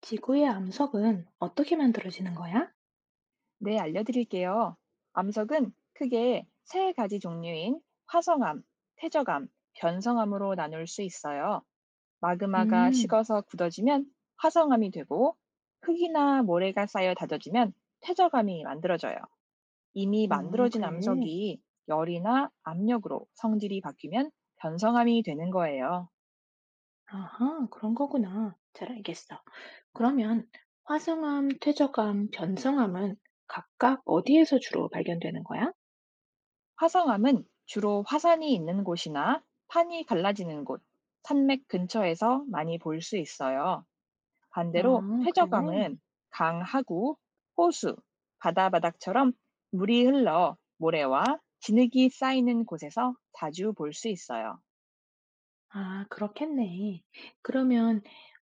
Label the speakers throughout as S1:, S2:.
S1: 지구의 암석은 어떻게 만들어지는 거야?
S2: 네, 알려드릴게요. 암석은 크게 세 가지 종류인 화성암, 퇴적암, 변성암으로 나눌 수 있어요. 마그마가
S1: 음,
S2: 식어서 굳어지면 화성암이 되고 흙이나 모래가 쌓여 다져지면 퇴적암이 만들어져요. 이미
S1: 어,
S2: 만들어진
S1: 그래.
S2: 암석이 열이나 압력으로 성질이 바뀌면 변성암이 되는 거예요.
S1: 아하, 그런 거구나. 잘 알겠어. 그러면 화성암, 퇴적암, 변성암은 각각 어디에서 주로 발견되는 거야?
S2: 화성암은 주로 화산이 있는 곳이나 판이 갈라지는 곳, 산맥 근처에서 많이 볼 수 있어요. 반대로
S1: 아, 그래.
S2: 퇴적암은 강, 하구, 호수, 바다 바닥처럼 물이 흘러 모래와 진흙이 쌓이는 곳에서 자주 볼 수 있어요.
S1: 아, 그렇겠네. 그러면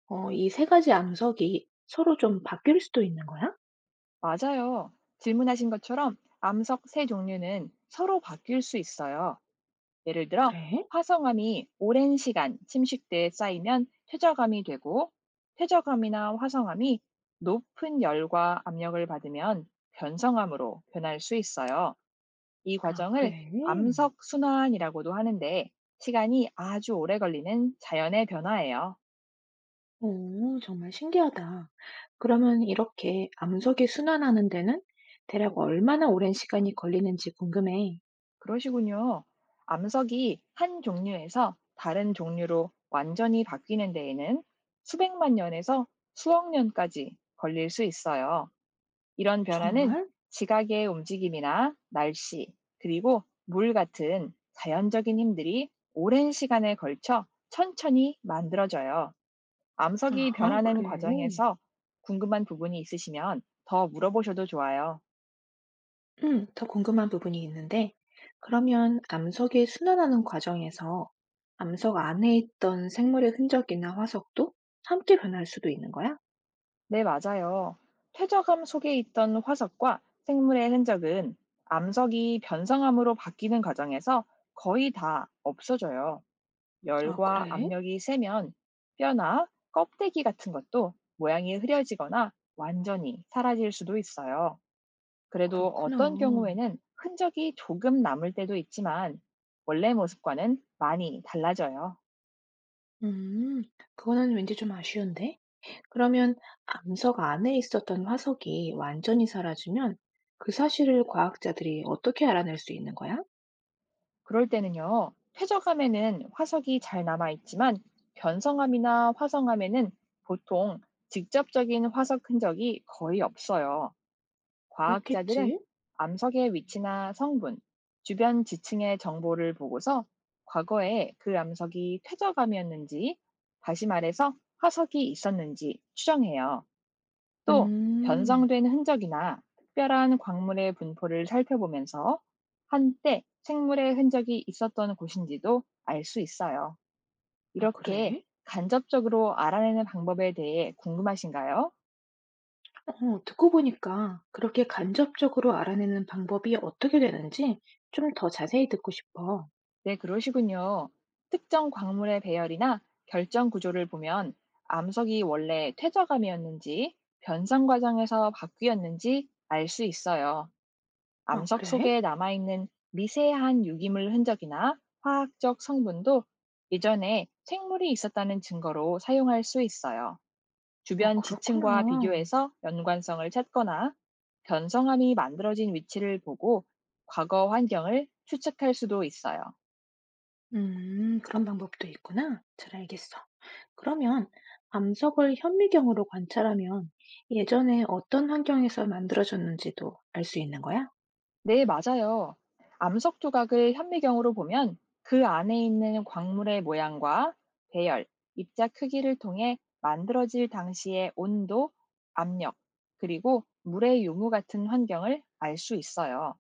S1: 이 세 가지 암석이 서로 좀 바뀔 수도 있는 거야?
S2: 맞아요. 질문하신 것처럼 암석 세 종류는 서로 바뀔 수 있어요. 예를 들어
S1: 그래?
S2: 화성암이 오랜 시간 침식대에 쌓이면 퇴적암이 되고 퇴적암이나 화성암이 높은 열과 압력을 받으면 변성암으로 변할 수 있어요. 이
S1: 아,
S2: 과정을
S1: 그래.
S2: 암석 순환이라고도 하는데 시간이 아주 오래 걸리는 자연의 변화예요.
S1: 오, 정말 신기하다. 그러면 이렇게 암석이 순환하는 데는 대략 얼마나 오랜 시간이 걸리는지 궁금해.
S2: 그러시군요. 암석이 한 종류에서 다른 종류로 완전히 바뀌는 데에는 수백만 년에서 수억 년까지 걸릴 수 있어요. 이런 변화는
S1: 정말?
S2: 지각의 움직임이나 날씨, 그리고 물 같은 자연적인 힘들이 오랜 시간에 걸쳐 천천히 만들어져요. 암석이
S1: 아하,
S2: 변하는
S1: 그래.
S2: 과정에서 궁금한 부분이 있으시면 더 물어보셔도 좋아요.
S1: 더 궁금한 부분이 있는데, 그러면 암석이 순환하는 과정에서 암석 안에 있던 생물의 흔적이나 화석도 함께 변할 수도 있는 거야?
S2: 네, 맞아요. 퇴적암 속에 있던 화석과 생물의 흔적은 암석이 변성암으로 바뀌는 과정에서 거의 다 없어져요.
S1: 아,
S2: 열과
S1: 그래?
S2: 압력이 세면 뼈나 껍데기 같은 것도 모양이 흐려지거나 완전히 사라질 수도 있어요. 그래도
S1: 그렇구나.
S2: 어떤 경우에는 흔적이 조금 남을 때도 있지만 원래 모습과는 많이 달라져요.
S1: 음, 그거는 왠지 좀 아쉬운데? 그러면 암석 안에 있었던 화석이 완전히 사라지면 그 사실을 과학자들이 어떻게 알아낼 수 있는 거야?
S2: 그럴 때는요, 퇴적암에는 화석이 잘 남아있지만 변성암이나 화성암에는 보통 직접적인 화석 흔적이 거의 없어요. 과학자들은
S1: 그렇겠지?
S2: 암석의 위치나 성분, 주변 지층의 정보를 보고서 과거에 그 암석이 퇴적암이었는지, 다시 말해서 화석이 있었는지 추정해요. 또
S1: 음,
S2: 변성된 흔적이나 특별한 광물의 분포를 살펴보면서 한때 생물의 흔적이 있었던 곳인지도 알 수 있어요.
S1: 아,
S2: 이렇게
S1: 그래?
S2: 간접적으로 알아내는 방법에 대해 궁금하신가요?
S1: 어, 듣고 보니까 그렇게 간접적으로 알아내는 방법이 어떻게 되는지 좀 더 자세히 듣고 싶어.
S2: 네, 그러시군요. 특정 광물의 배열이나 결정 구조를 보면 암석이 원래 퇴적암이었는지 변성 과정에서 바뀌었는지 알 수 있어요.
S1: 아,
S2: 암석
S1: 그래?
S2: 속에 남아있는 미세한 유기물 흔적이나 화학적 성분도 예전에 생물이 있었다는 증거로 사용할 수 있어요.
S1: 아,
S2: 주변 지층과
S1: 그렇구나.
S2: 비교해서 연관성을 찾거나 변성함이 만들어진 위치를 보고 과거 환경을 추측할 수도 있어요.
S1: 그런 방법도 있구나. 잘 알겠어. 그러면 암석을 현미경으로 관찰하면 예전에 어떤 환경에서 만들어졌는지도 알 수 있는 거야?
S2: 네, 맞아요. 암석 조각을 현미경으로 보면 그 안에 있는 광물의 모양과 배열, 입자 크기를 통해 만들어질 당시의 온도, 압력, 그리고 물의 유무 같은 환경을 알 수 있어요.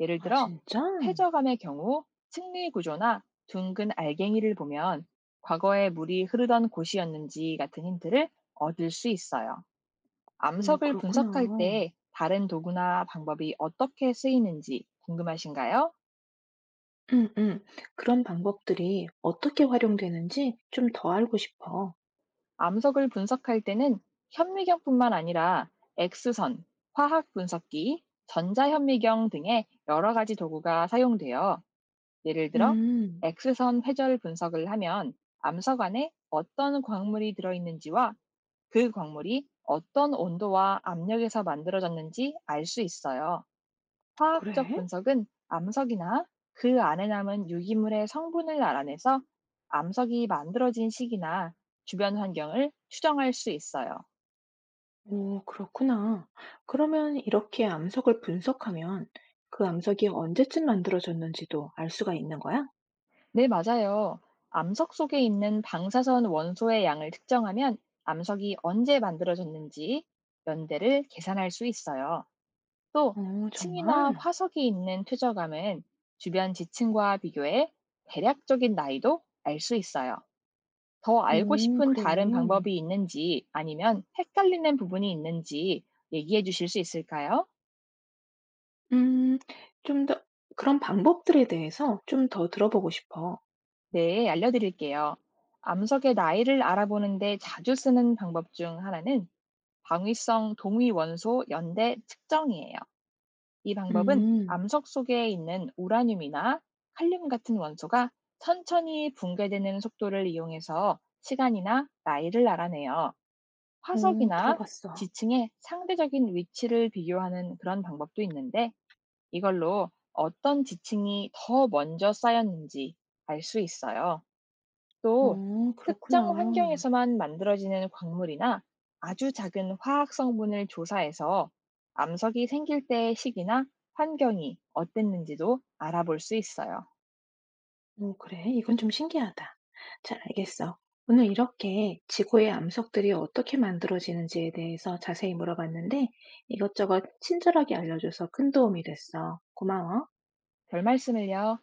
S2: 예를
S1: 아,
S2: 들어,
S1: 진짜?
S2: 퇴적암의 경우 층리 구조나 둥근 알갱이를 보면 과거에 물이 흐르던 곳이었는지 같은 힌트를 얻을 수 있어요. 암석을 분석할
S1: 그렇구나.
S2: 때 다른 도구나 방법이 어떻게 쓰이는지 궁금하신가요?
S1: 음, 음. 그런 방법들이 어떻게 활용되는지 좀 더 알고 싶어.
S2: 암석을 분석할 때는 현미경뿐만 아니라 X선, 화학 분석기, 전자현미경 등의 여러 가지 도구가 사용되어 예를 들어
S1: 음,
S2: X선 회절 분석을 하면 암석 안에 어떤 광물이 들어있는지와 그 광물이 어떤 온도와 압력에서 만들어졌는지 알 수 있어요. 화학적
S1: 그래?
S2: 분석은 암석이나 그 안에 남은 유기물의 성분을 알아내서 암석이 만들어진 시기나 주변 환경을 추정할 수 있어요.
S1: 오, 그렇구나. 그러면 이렇게 암석을 분석하면 그 암석이 언제쯤 만들어졌는지도 알 수가 있는 거야?
S2: 네, 맞아요. 암석 속에 있는 방사선 원소의 양을 특정하면 암석이 언제 만들어졌는지 연대를 계산할 수 있어요. 또
S1: 어,
S2: 층이나
S1: 정말?
S2: 화석이 있는 퇴적암은 주변 지층과 비교해 대략적인 나이도 알 수 있어요. 더 알고
S1: 오,
S2: 싶은
S1: 그래.
S2: 다른 방법이 있는지 아니면 헷갈리는 부분이 있는지 얘기해 주실 수 있을까요?
S1: 음, 좀 더 그런 방법들에 대해서 좀 더 들어보고 싶어.
S2: 네, 알려드릴게요. 암석의 나이를 알아보는데 자주 쓰는 방법 중 하나는 방위성 동위 원소 연대 측정이에요. 이 방법은
S1: 음.
S2: 암석 속에 있는 우라늄이나 칼륨 같은 원소가 천천히 붕괴되는 속도를 이용해서 시간이나 나이를 알아내요.
S1: 어,
S2: 화석이나
S1: 들어봤어.
S2: 지층의 상대적인 위치를 비교하는 그런 방법도 있는데 이걸로 어떤 지층이 더 먼저 쌓였는지 알 수 있어요. 또
S1: 어,
S2: 특정
S1: 그렇구나.
S2: 환경에서만 만들어지는 광물이나 아주 작은 화학 성분을 조사해서 암석이 생길 때의 시기나 환경이 어땠는지도 알아볼 수 있어요.
S1: 어, 그래? 이건 좀 신기하다. 잘 알겠어. 오늘 이렇게 지구의 암석들이 어떻게 만들어지는지에 대해서 자세히 물어봤는데 이것저것 친절하게 알려줘서 큰 도움이 됐어. 고마워.
S2: 별 말씀을요.